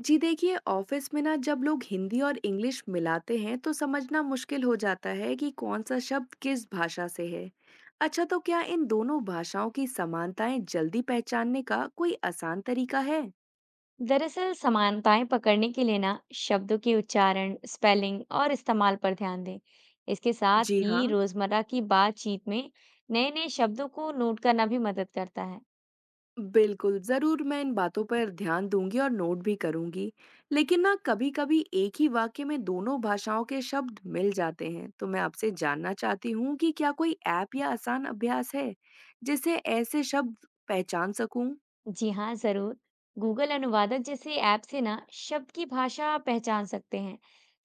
जी देखिए ऑफिस में ना जब लोग हिंदी और इंग्लिश मिलाते हैं तो समझना मुश्किल हो जाता है कि कौन सा शब्द किस भाषा से है। अच्छा, तो क्या इन दोनों भाषाओं की समानताएं जल्दी पहचानने का कोई आसान तरीका है? दरअसल समानताएं पकड़ने के लिए ना शब्दों के उच्चारण, स्पेलिंग और इस्तेमाल पर ध्यान दें। इसके साथ जी ही हाँ, रोजमर्रा की बातचीत में नए-नए शब्दों को नोट करना भी मदद करता है। बिल्कुल जरूर, मैं इन बातों पर ध्यान दूंगी और नोट भी करूंगी। लेकिन ना कभी कभी एक ही वाक्य में दोनों भाषाओं के शब्द मिल जाते हैं, तो मैं आपसे जानना चाहती हूँ कि क्या कोई ऐप या आसान अभ्यास है जिससे ऐसे शब्द पहचान सकूं। जी हाँ, जरूर। गूगल अनुवादक जैसे ऐप से ना शब्द की भाषा पहचान सकते हैं।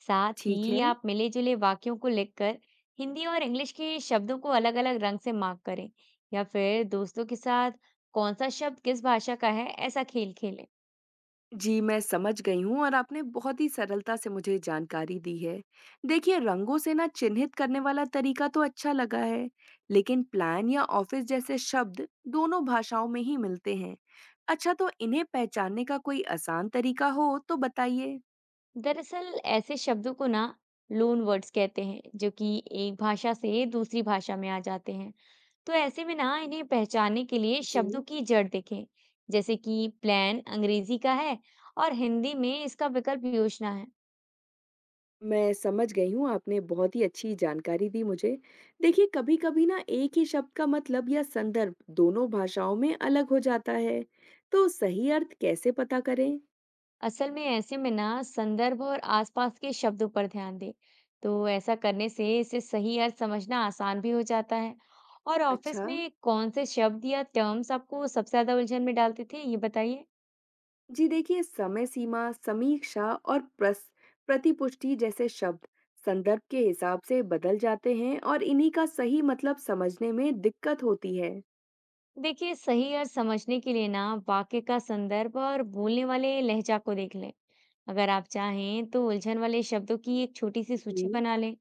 साथ ठीक ही है। आप मिले-जुले वाक्यों को लिखकर हिंदी और इंग्लिश के शब्दों को अलग-अलग रंग से मार्क करें या फिर दोस्तों के साथ कौन सा शब्द किस भाषा का है, ऐसा खेल खेलें। जी, मैं समझ गई हूँ और आपने बहुत ही सरलता से मुझे जानकारी दी है। देखिए, रंगों से ना चिन्हित करने वाला तरीका तो अच्छा लगा है, लेकिन प्लान या ऑफिस जैसे शब्द दोनों भाषाओं में ही मिलते हैं। अच्छा, तो इन्हें पहचानने का कोई आसान तरीका हो तो बताइए? दरअसल ऐसे शब्दों को ना लोन वर्ड्स कहते हैं जो कि एक भाषा से दूसरी भाषा में आ जाते हैं। तो ऐसे में ना इन्हें पहचानने के लिए जी, शब्दों की जड़ देखें। जैसे कि प्लान अंग्रेजी का है और हिंदी में इसका विकल्प योजना है। मैं समझ गई हूँ, आपने बहुत ही अच्छी जानकारी दी मुझे। देखिए, कभी-कभी ना एक ही शब्द का मतलब या संदर्भ दोनों भाषाओं में अलग हो जाता है, तो सही अर्थ कैसे पता करें? असल में ऐसे में ना संदर्भ और आसपास के शब्दों पर ध्यान दें। तो ऐसा करने से इसे सही अर्थ समझना आसान भी हो जाता है। और अच्छा। ऑफिस में कौन से शब्द या टर्म्स आपको सबसे ज्यादा उलझन में डालते थे, ये बताइए। जी देखिए, समय सीमा, समीक्षा और प्रस प्रतिपुष्टि जैसे शब्द संदर्भ के हिसाब से बदल जाते हैं और इन्हीं का सही मतलब समझने में दिक्कत होती है। देखिए सही अर्थ समझने के लिए ना वाक्य का संदर्भ और बोलने वाले लहजा को देख लें। अगर आप चाहें तो उलझन वाले शब्दों की एक छोटी सी जी सूची बना लें,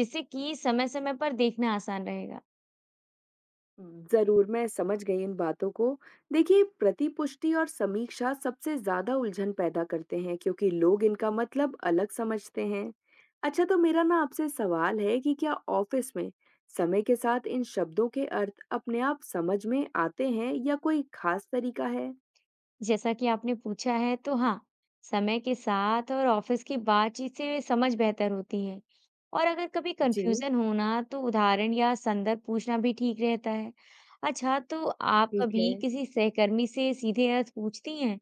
जिससे कि समय समय पर देखना आसान रहेगा। जरूर, मैं समझ गई इन बातों को। देखिए, प्रतिपुष्टि और समीक्षा सबसे ज़्यादा उलझन पैदा करते हैं क्योंकि लोग इनका मतलब अलग समझते हैं। अच्छा, तो मेरा ना आपसे सवाल है कि क्या ऑफिस में समय के साथ इन शब्दों के अर्थ अपने आप समझ में आते हैं या कोई खास तरीका है? जैसा कि आपने पूछा है तो हाँ, समय के साथ और ऑफिस की बातचीत से समझ बेहतर होती है। और अगर कभी जी, कंफ्यूजन हो ना तो उदाहरण या संदर्भ पूछना भी ठीक रहता है। अच्छा, तो आप ठीक है। कभी किसी सहकर्मी से सीधे अर्थ पूछती हैं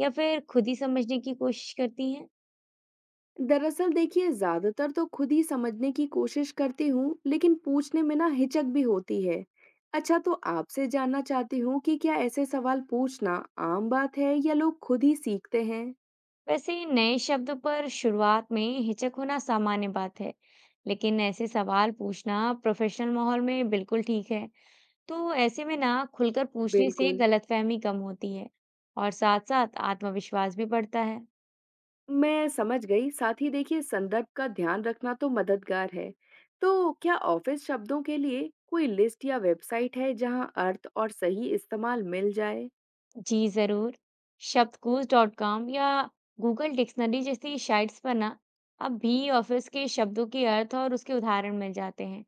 या फिर खुद ही समझने की कोशिश करती हैं? दरअसल देखिए, ज्यादातर तो खुद ही समझने की कोशिश करती हूँ, लेकिन पूछने में ना हिचक भी होती है। अच्छा, तो आपसे जानना चाहती हूँ कि क्या ऐसे सवाल पूछना आम बात है या लोग खुद ही सीखते हैं? वैसे इन नए शब्दों पर शुरुआत में हिचक होना सामान्य बात है। लेकिन ऐसे सवाल पूछना प्रोफेशनल माहौल में बिल्कुल ठीक है। तो ऐसे में ना खुलकर पूछने से बिल्कुल। गलतफहमी कम होती है और साथ साथ आत्मविश्वास भी बढ़ता है। मैं समझ गई, साथ ही देखिए संदर्भ का ध्यान रखना तो मददगार है। तो क्या ऑफिस शब्दों के लिए कोई लिस्ट या वेबसाइट है जहाँ अर्थ और सही इस्तेमाल मिल जाए? जी जरूर। शब्दकोश डॉट कॉम या गूगल डिक्शनरी जैसी साइट्स पर ना अब भी ऑफिस के शब्दों के अर्थ और उसके उदाहरण मिल जाते हैं।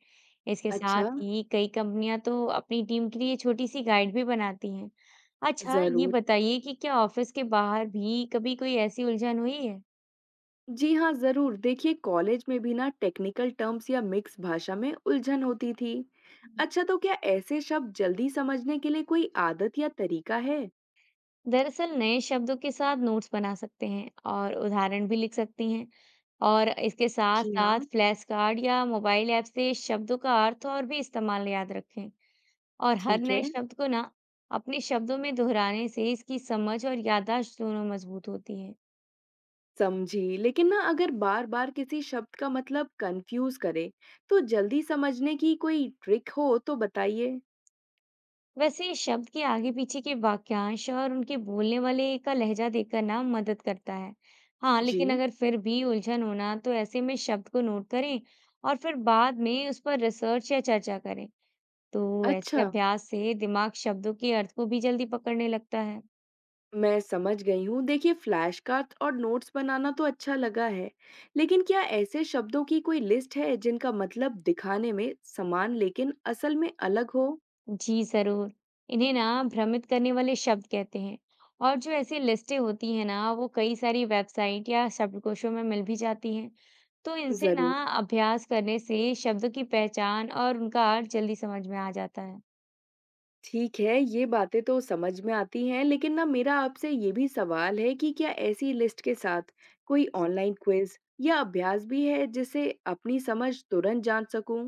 इसके अच्छा। साथ ही कई कंपनियां तो अपनी टीम के लिए छोटी सी गाइड भी बनाती हैं। अच्छा, ये जरूर। बताइए कि क्या ऑफिस के बाहर भी कभी कोई ऐसी उलझन हुई है? जी हाँ, ज़रूर। देखिए, कॉलेज में भी ना टेक्निकल टर्म्स या मिक्स भाषा में उलझन होती थी। अच्छा, तो क्या ऐसे शब्द जल्दी समझने के लिए कोई आदत या तरीका है? दरअसल नए शब्दों के साथ नोट्स बना सकते हैं और उदाहरण भी लिख सकती हैं। और इसके साथ जी हाँ। साथ फ्लैश कार्ड या मोबाइल ऐप से शब्दों का अर्थ और भी इस्तेमाल याद रखें। और हर ठीक है। नए शब्द को ना अपने शब्दों में दोहराने से इसकी समझ और याददाश्त दोनों मजबूत होती है। समझी, लेकिन ना अगर बार बार किसी शब्द का मतलब कंफ्यूज करे तो जल्दी समझने की कोई ट्रिक हो तो बताइए। वैसे शब्द के आगे पीछे के वाक्यांश और उनके बोलने वाले का लहजा देखकर ना मदद करता है। हाँ, जी। लेकिन अगर फिर भी उलझन होना तो ऐसे में शब्द को नोट करें और फिर बाद में उस पर रिसर्च या चर्चा करें। तो ऐसे अच्छा। अभ्यास से दिमाग शब्दों के अर्थ को भी जल्दी पकड़ने लगता है। मैं समझ गई हूँ। देखिए, फ्लैश कार्ड और नोट्स बनाना तो अच्छा लगा है, लेकिन क्या ऐसे शब्दों की कोई लिस्ट है जिनका मतलब दिखाने में समान लेकिन असल में अलग हो? जी ज़रूर, इन्हें ना भ्रमित करने वाले शब्द कहते हैं। और जो ऐसी लिस्टें होती हैं ना, वो कई सारी वेबसाइट या शब्दकोशों में मिल भी जाती हैं। तो इनसे ना ज़रूर। अभ्यास करने से शब्दों की पहचान और उनका अर्थ जल्दी समझ में आ जाता है। ठीक है, ये बातें तो समझ में आती हैं, लेकिन ना मेरा आपसे ये भी सवाल है कि क्या ऐसी लिस्ट के साथ कोई ऑनलाइन क्विज़ या अभ्यास भी है जिससे अपनी समझ तुरंत जान सकूँ?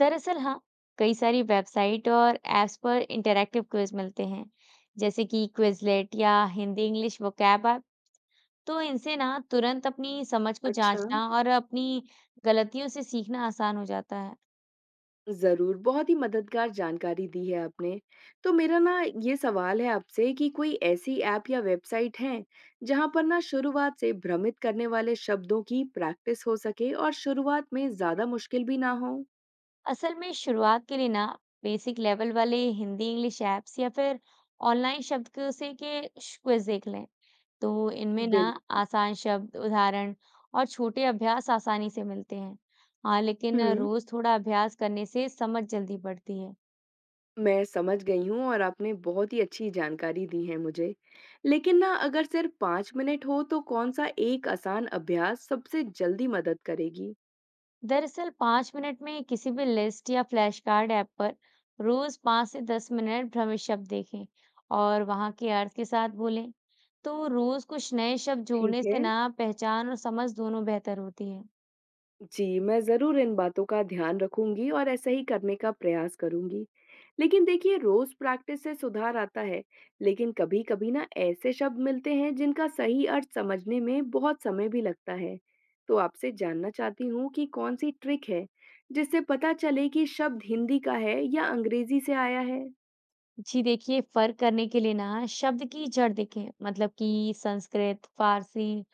दरअसल हाँ, कई सारी वेबसाइट और ऐप्स पर इंटरैक्टिव क्विज मिलते हैं, जैसे कि क्विजलेट या हिंदी इंग्लिश वोकैब। तो इनसे ना तुरंत अपनी समझ को अच्छा। जांचना और अपनी गलतियों से सीखना आसान हो जाता है। ज़रूर, बहुत ही मददगार जानकारी दी है आपने। तो मेरा ना ये सवाल है आपसे कि कोई ऐसी ऐप या वेबसाइट हैं, जहाँ पर ना शुरुआत से भ्रमित करने वाले शब्दों की प्रैक्टिस हो सके और शुरुआत में ज़्यादा मुश्किल भी ना हो? असल में शुरुआत के लिए ना बेसिक लेवल वाले हिंदी इंग्लिश ऐप्स या फिर ऑनलाइन शब्दकोश के क्विज देख लें। तो इनमें ना बिल्कुल। आसान शब्द, उदाहरण और छोटे अभ्यास आसानी से मिलते हैं। हाँ, लेकिन हम्म। रोज थोड़ा अभ्यास करने से समझ जल्दी बढ़ती है। मैं समझ गई हूँ और आपने बहुत ही अच्छी जानकारी दी है मुझे। लेकिन ना अगर सिर्फ 5 मिनट हो तो कौन-सा एक आसान अभ्यास सबसे जल्दी मदद करेगी? दरअसल 5 मिनट में किसी भी लिस्ट या फ्लैश कार्ड ऐप पर रोज 5 से 10 मिनट भ्रमित शब्द देखें और वहां के अर्थ के साथ बोलें। तो रोज कुछ नए शब्द जोड़ने ठीक से है। ना पहचान और समझ दोनों बेहतर होती है। जी, मैं ज़रूर इन बातों का ध्यान रखूंगी और ऐसा ही करने का प्रयास करूंगी। लेकिन देखिए, रोज़ प्रैक्टिस से सुधार आता है, लेकिन कभी-कभी ना ऐसे शब्द मिलते हैं जिनका सही अर्थ समझने में बहुत समय भी लगता है। तो आपसे जानना चाहती हूँ कि कौन सी ट्रिक है, जिससे पता चले कि शब्द हिंदी का है या अंग्रेजी से आया है? जी देखिए, फ़र्क करने के लिए ना शब्द की जड़ देखें, मतलब कि संस्कृत, फ़ारसी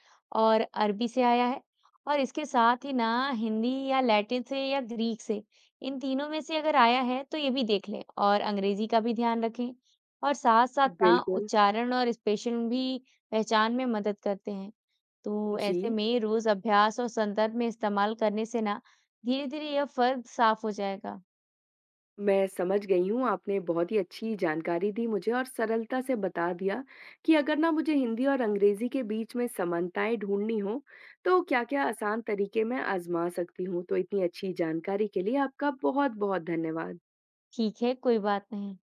और अरबी से आया है। और इसके साथ ही ना हिंदी या लैटिन से या ग्रीक से, इन तीनों में से अगर आया है तो ये भी देख लें और अंग्रेजी का भी ध्यान रखें। और साथ-साथ ना बिल्कुल। उच्चारण और स्पेशल भी पहचान में मदद करते हैं। तो जी। ऐसे में रोज़ अभ्यास और संदर्भ में इस्तेमाल करने से ना धीरे-धीरे यह फ़र्क साफ़ हो जाएगा। मैं समझ गई हूँ, आपने बहुत ही अच्छी जानकारी दी मुझे और सरलता से बता दिया कि अगर ना मुझे हिंदी और अंग्रेज़ी के बीच में समानताएँ ढूँढनी हो, तो क्या-क्या आसान तरीके मैं आज़मा सकती हूँ। तो इतनी अच्छी जानकारी के लिए आपका बहुत-बहुत धन्यवाद। ठीक है, कोई बात नहीं।